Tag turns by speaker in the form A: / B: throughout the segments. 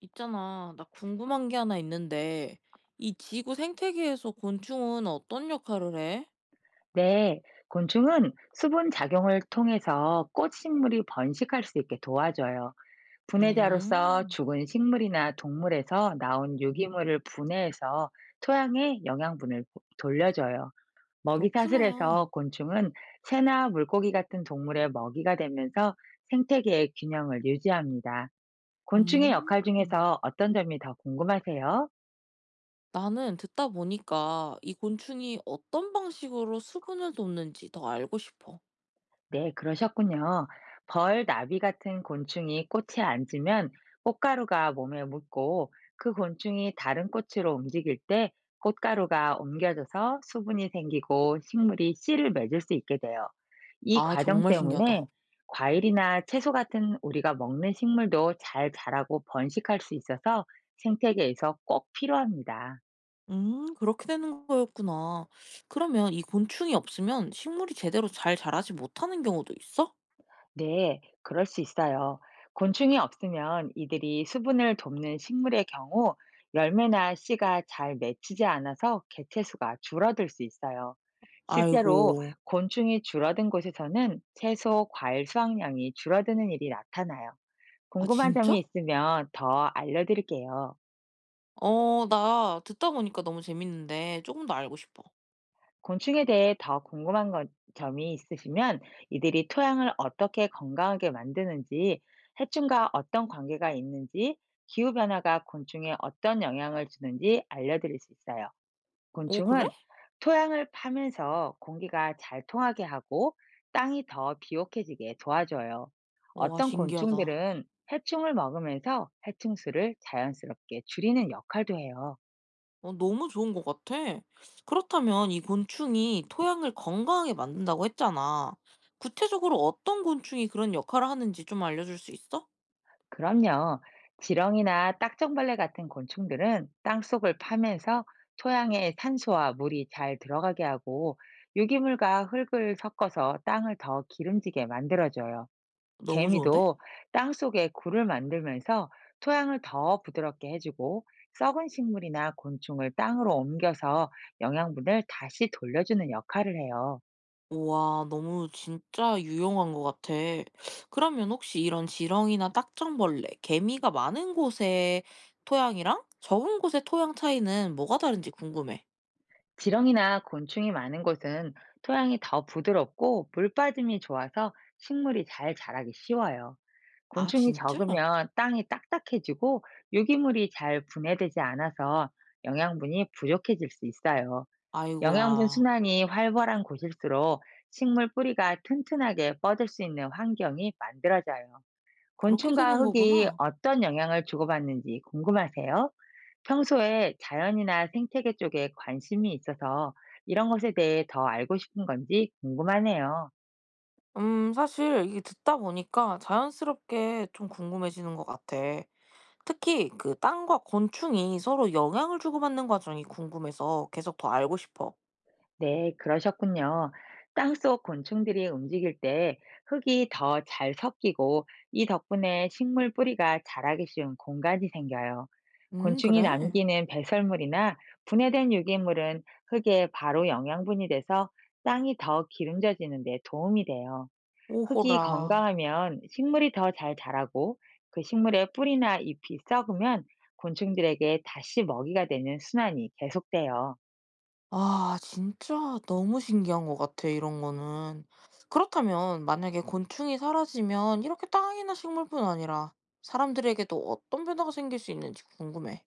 A: 있잖아, 나 궁금한 게 하나 있는데, 이 지구 생태계에서 곤충은 어떤 역할을 해?
B: 네, 곤충은 수분 작용을 통해서 꽃 식물이 번식할 수 있게 도와줘요. 분해자로서
A: 음,
B: 죽은 식물이나 동물에서 나온 유기물을 분해해서 토양에 영양분을 돌려줘요. 먹이
A: 그렇구나.
B: 사슬에서 곤충은 새나 물고기 같은 동물의 먹이가 되면서 생태계의 균형을 유지합니다. 곤충의
A: 음,
B: 역할 중에서 어떤 점이 더 궁금하세요?
A: 나는 듣다 보니까 이 곤충이 어떤 방식으로 수분을 돕는지 더 알고 싶어.
B: 네, 그러셨군요. 벌, 나비 같은 곤충이 꽃에 앉으면 꽃가루가 몸에 묻고, 그 곤충이 다른 꽃으로 움직일 때 꽃가루가 옮겨져서 수분이 생기고 식물이 씨를 맺을 수 있게 돼요. 이
A: 아,
B: 과정
A: 정말
B: 때문에
A: 신기하다.
B: 과일이나 채소 같은 우리가 먹는 식물도 잘 자라고 번식할 수 있어서 생태계에서 꼭 필요합니다.
A: 그렇게 되는 거였구나. 그러면 이 곤충이 없으면 식물이 제대로 잘 자라지 못하는 경우도 있어?
B: 네, 그럴 수 있어요. 곤충이 없으면 이들이 수분을 돕는 식물의 경우 열매나 씨가 잘 맺히지 않아서 개체수가 줄어들 수 있어요.
A: 아이고,
B: 실제로 곤충이 줄어든 곳에서는 채소, 과일 수확량이 줄어드는 일이 나타나요.
A: 아,
B: 궁금한
A: 진짜?
B: 점이 있으면 더 알려드릴게요.
A: 어 나 듣다 보니까 너무 재밌는데 조금 더 알고 싶어.
B: 곤충에 대해 더 궁금한 점이 있으시면, 이들이 토양을 어떻게 건강하게 만드는지, 해충과 어떤 관계가 있는지, 기후변화가 곤충에 어떤 영향을 주는지 알려드릴 수 있어요.
A: 오, 그래?
B: 곤충은 토양을 파면서 공기가 잘 통하게 하고 땅이 더 비옥해지게 도와줘요.
A: 와
B: 어떤
A: 신기하다.
B: 곤충들은 해충을 먹으면서 해충수를 자연스럽게 줄이는 역할도 해요.
A: 어 너무 좋은 것 같아. 그렇다면 이 곤충이 토양을 건강하게 만든다고 했잖아. 구체적으로 어떤 곤충이 그런 역할을 하는지 좀 알려줄 수 있어?
B: 그럼요. 지렁이나 딱정벌레 같은 곤충들은 땅속을 파면서 토양에 산소와 물이 잘 들어가게 하고, 유기물과 흙을 섞어서 땅을 더 기름지게 만들어줘요.
A: 너무 좋은데?
B: 개미도 땅속에 굴을 만들면서 토양을 더 부드럽게 해주고, 썩은 식물이나 곤충을 땅으로 옮겨서 영양분을 다시 돌려주는 역할을 해요.
A: 우와 너무 진짜 유용한 것 같아. 그러면 혹시 이런 지렁이나 딱정벌레, 개미가 많은 곳의 토양이랑 적은 곳의 토양 차이는 뭐가 다른지 궁금해.
B: 지렁이나 곤충이 많은 곳은 토양이 더 부드럽고 물빠짐이 좋아서 식물이 잘 자라기 쉬워요.
A: 아
B: 곤충이
A: 진짜?
B: 적으면 땅이 딱딱해지고 유기물이 잘 분해되지 않아서 영양분이 부족해질 수 있어요. 영양분
A: 아이고야.
B: 순환이 활발한 곳일수록 식물 뿌리가 튼튼하게 뻗을 수 있는 환경이 만들어져요.
A: 그렇게
B: 곤충과
A: 되는
B: 흙이
A: 거구나.
B: 어떤 영향을 주고받는지 궁금하세요? 평소에 자연이나 생태계 쪽에 관심이 있어서 이런 것에 대해 더 알고 싶은 건지 궁금하네요.
A: 사실 이게 듣다 보니까 자연스럽게 좀 궁금해지는 것 같아. 특히 그 땅과 곤충이 서로 영향을 주고받는 과정이 궁금해서 계속 더 알고 싶어.
B: 네, 그러셨군요. 땅속 곤충들이 움직일 때 흙이 더 잘 섞이고, 이 덕분에 식물 뿌리가 자라기 쉬운 공간이 생겨요. 곤충이
A: 그래?
B: 남기는 배설물이나 분해된 유기물은 흙에 바로 영양분이 돼서 땅이 더 기름져지는 데 도움이 돼요.
A: 오호라.
B: 흙이 건강하면 식물이 더 잘 자라고, 그 식물의 뿌리나 잎이 썩으면 곤충들에게 다시 먹이가 되는 순환이 계속돼요.
A: 아, 진짜 너무 신기한 것 같아, 이런 거는. 그렇다면 만약에 곤충이 사라지면 이렇게 땅이나 식물뿐 아니라 사람들에게도 어떤 변화가 생길 수 있는지 궁금해.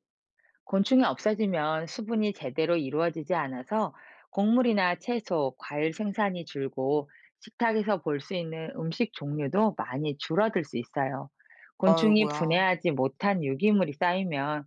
B: 곤충이 없어지면 수분이 제대로 이루어지지 않아서 곡물이나 채소, 과일 생산이 줄고 식탁에서 볼 수 있는 음식 종류도 많이 줄어들 수 있어요. 곤충이
A: 아이고야.
B: 분해하지 못한 유기물이 쌓이면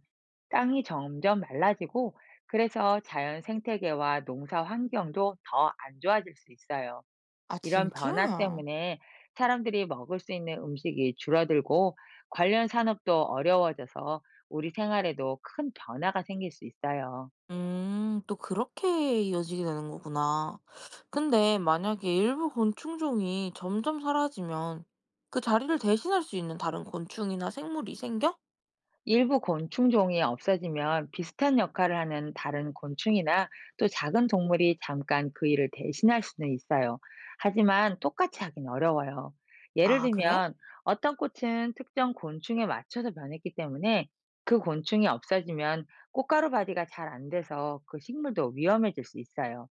B: 땅이 점점 말라지고, 그래서 자연 생태계와 농사 환경도 더 안 좋아질 수 있어요.
A: 아,
B: 이런 변화
A: 진짜?
B: 때문에 사람들이 먹을 수 있는 음식이 줄어들고 관련 산업도 어려워져서 우리 생활에도 큰 변화가 생길 수 있어요.
A: 음. 또 그렇게 이어지게 되는 거구나. 근데 만약에 일부 곤충종이 점점 사라지면 그 자리를 대신할 수 있는 다른 곤충이나 생물이 생겨?
B: 일부 곤충종이 없어지면 비슷한 역할을 하는 다른 곤충이나 또 작은 동물이 잠깐 그 일을 대신할 수는 있어요. 하지만 똑같이 하긴 어려워요. 예를
A: 아, 그래?
B: 들면 어떤 꽃은 특정 곤충에 맞춰서 변했기 때문에 그 곤충이 없어지면 꽃가루 발이가 잘 안 돼서 그 식물도 위험해질 수 있어요.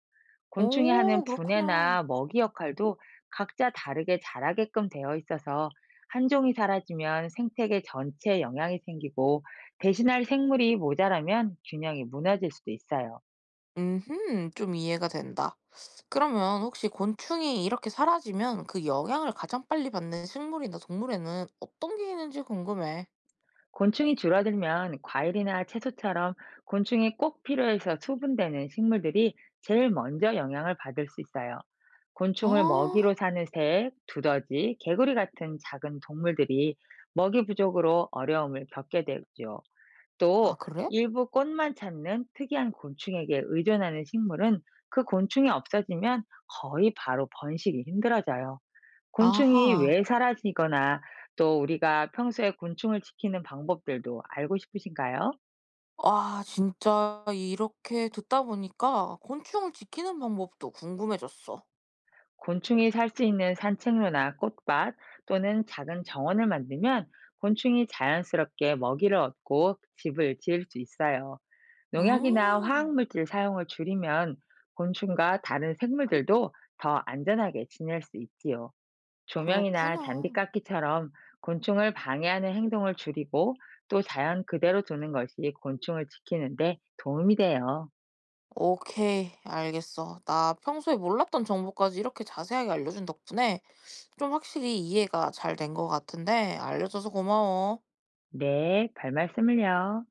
B: 곤충이 하는
A: 오, 그렇구나.
B: 분해나 먹이 역할도 각자 다르게 자라게끔 되어 있어서 한 종이 사라지면 생태계 전체에 영향이 생기고, 대신할 생물이 모자라면 균형이 무너질 수도 있어요.
A: 음흠, 좀 이해가 된다. 그러면 혹시 곤충이 이렇게 사라지면 그 영향을 가장 빨리 받는 식물이나 동물에는 어떤 게 있는지 궁금해.
B: 곤충이 줄어들면 과일이나 채소처럼 곤충이 꼭 필요해서 수분되는 식물들이 제일 먼저 영향을 받을 수 있어요. 곤충을
A: 아,
B: 먹이로 사는 새, 두더지, 개구리 같은 작은 동물들이 먹이 부족으로 어려움을 겪게 되죠.
A: 아,
B: 또
A: 그래?
B: 일부 꽃만 찾는 특이한 곤충에게 의존하는 식물은 그 곤충이 없어지면 거의 바로 번식이 힘들어져요. 곤충이
A: 아하.
B: 왜 사라지거나, 또 우리가 평소에 곤충을 지키는 방법들도 알고 싶으신가요?
A: 아 진짜 이렇게 듣다 보니까 곤충을 지키는 방법도 궁금해졌어.
B: 곤충이 살 수 있는 산책로나 꽃밭, 또는 작은 정원을 만들면 곤충이 자연스럽게 먹이를 얻고 집을 지을 수 있어요. 농약이나
A: 음,
B: 화학물질 사용을 줄이면 곤충과 다른 생물들도 더 안전하게 지낼 수 있지요. 조명이나
A: 그렇구나.
B: 잔디깎기처럼 곤충을 방해하는 행동을 줄이고, 또 자연 그대로 두는 것이 곤충을 지키는데 도움이 돼요.
A: 오케이, 알겠어. 나 평소에 몰랐던 정보까지 이렇게 자세하게 알려준 덕분에 좀 확실히 이해가 잘 된 것 같은데 알려줘서 고마워.
B: 네, 별 말씀을요.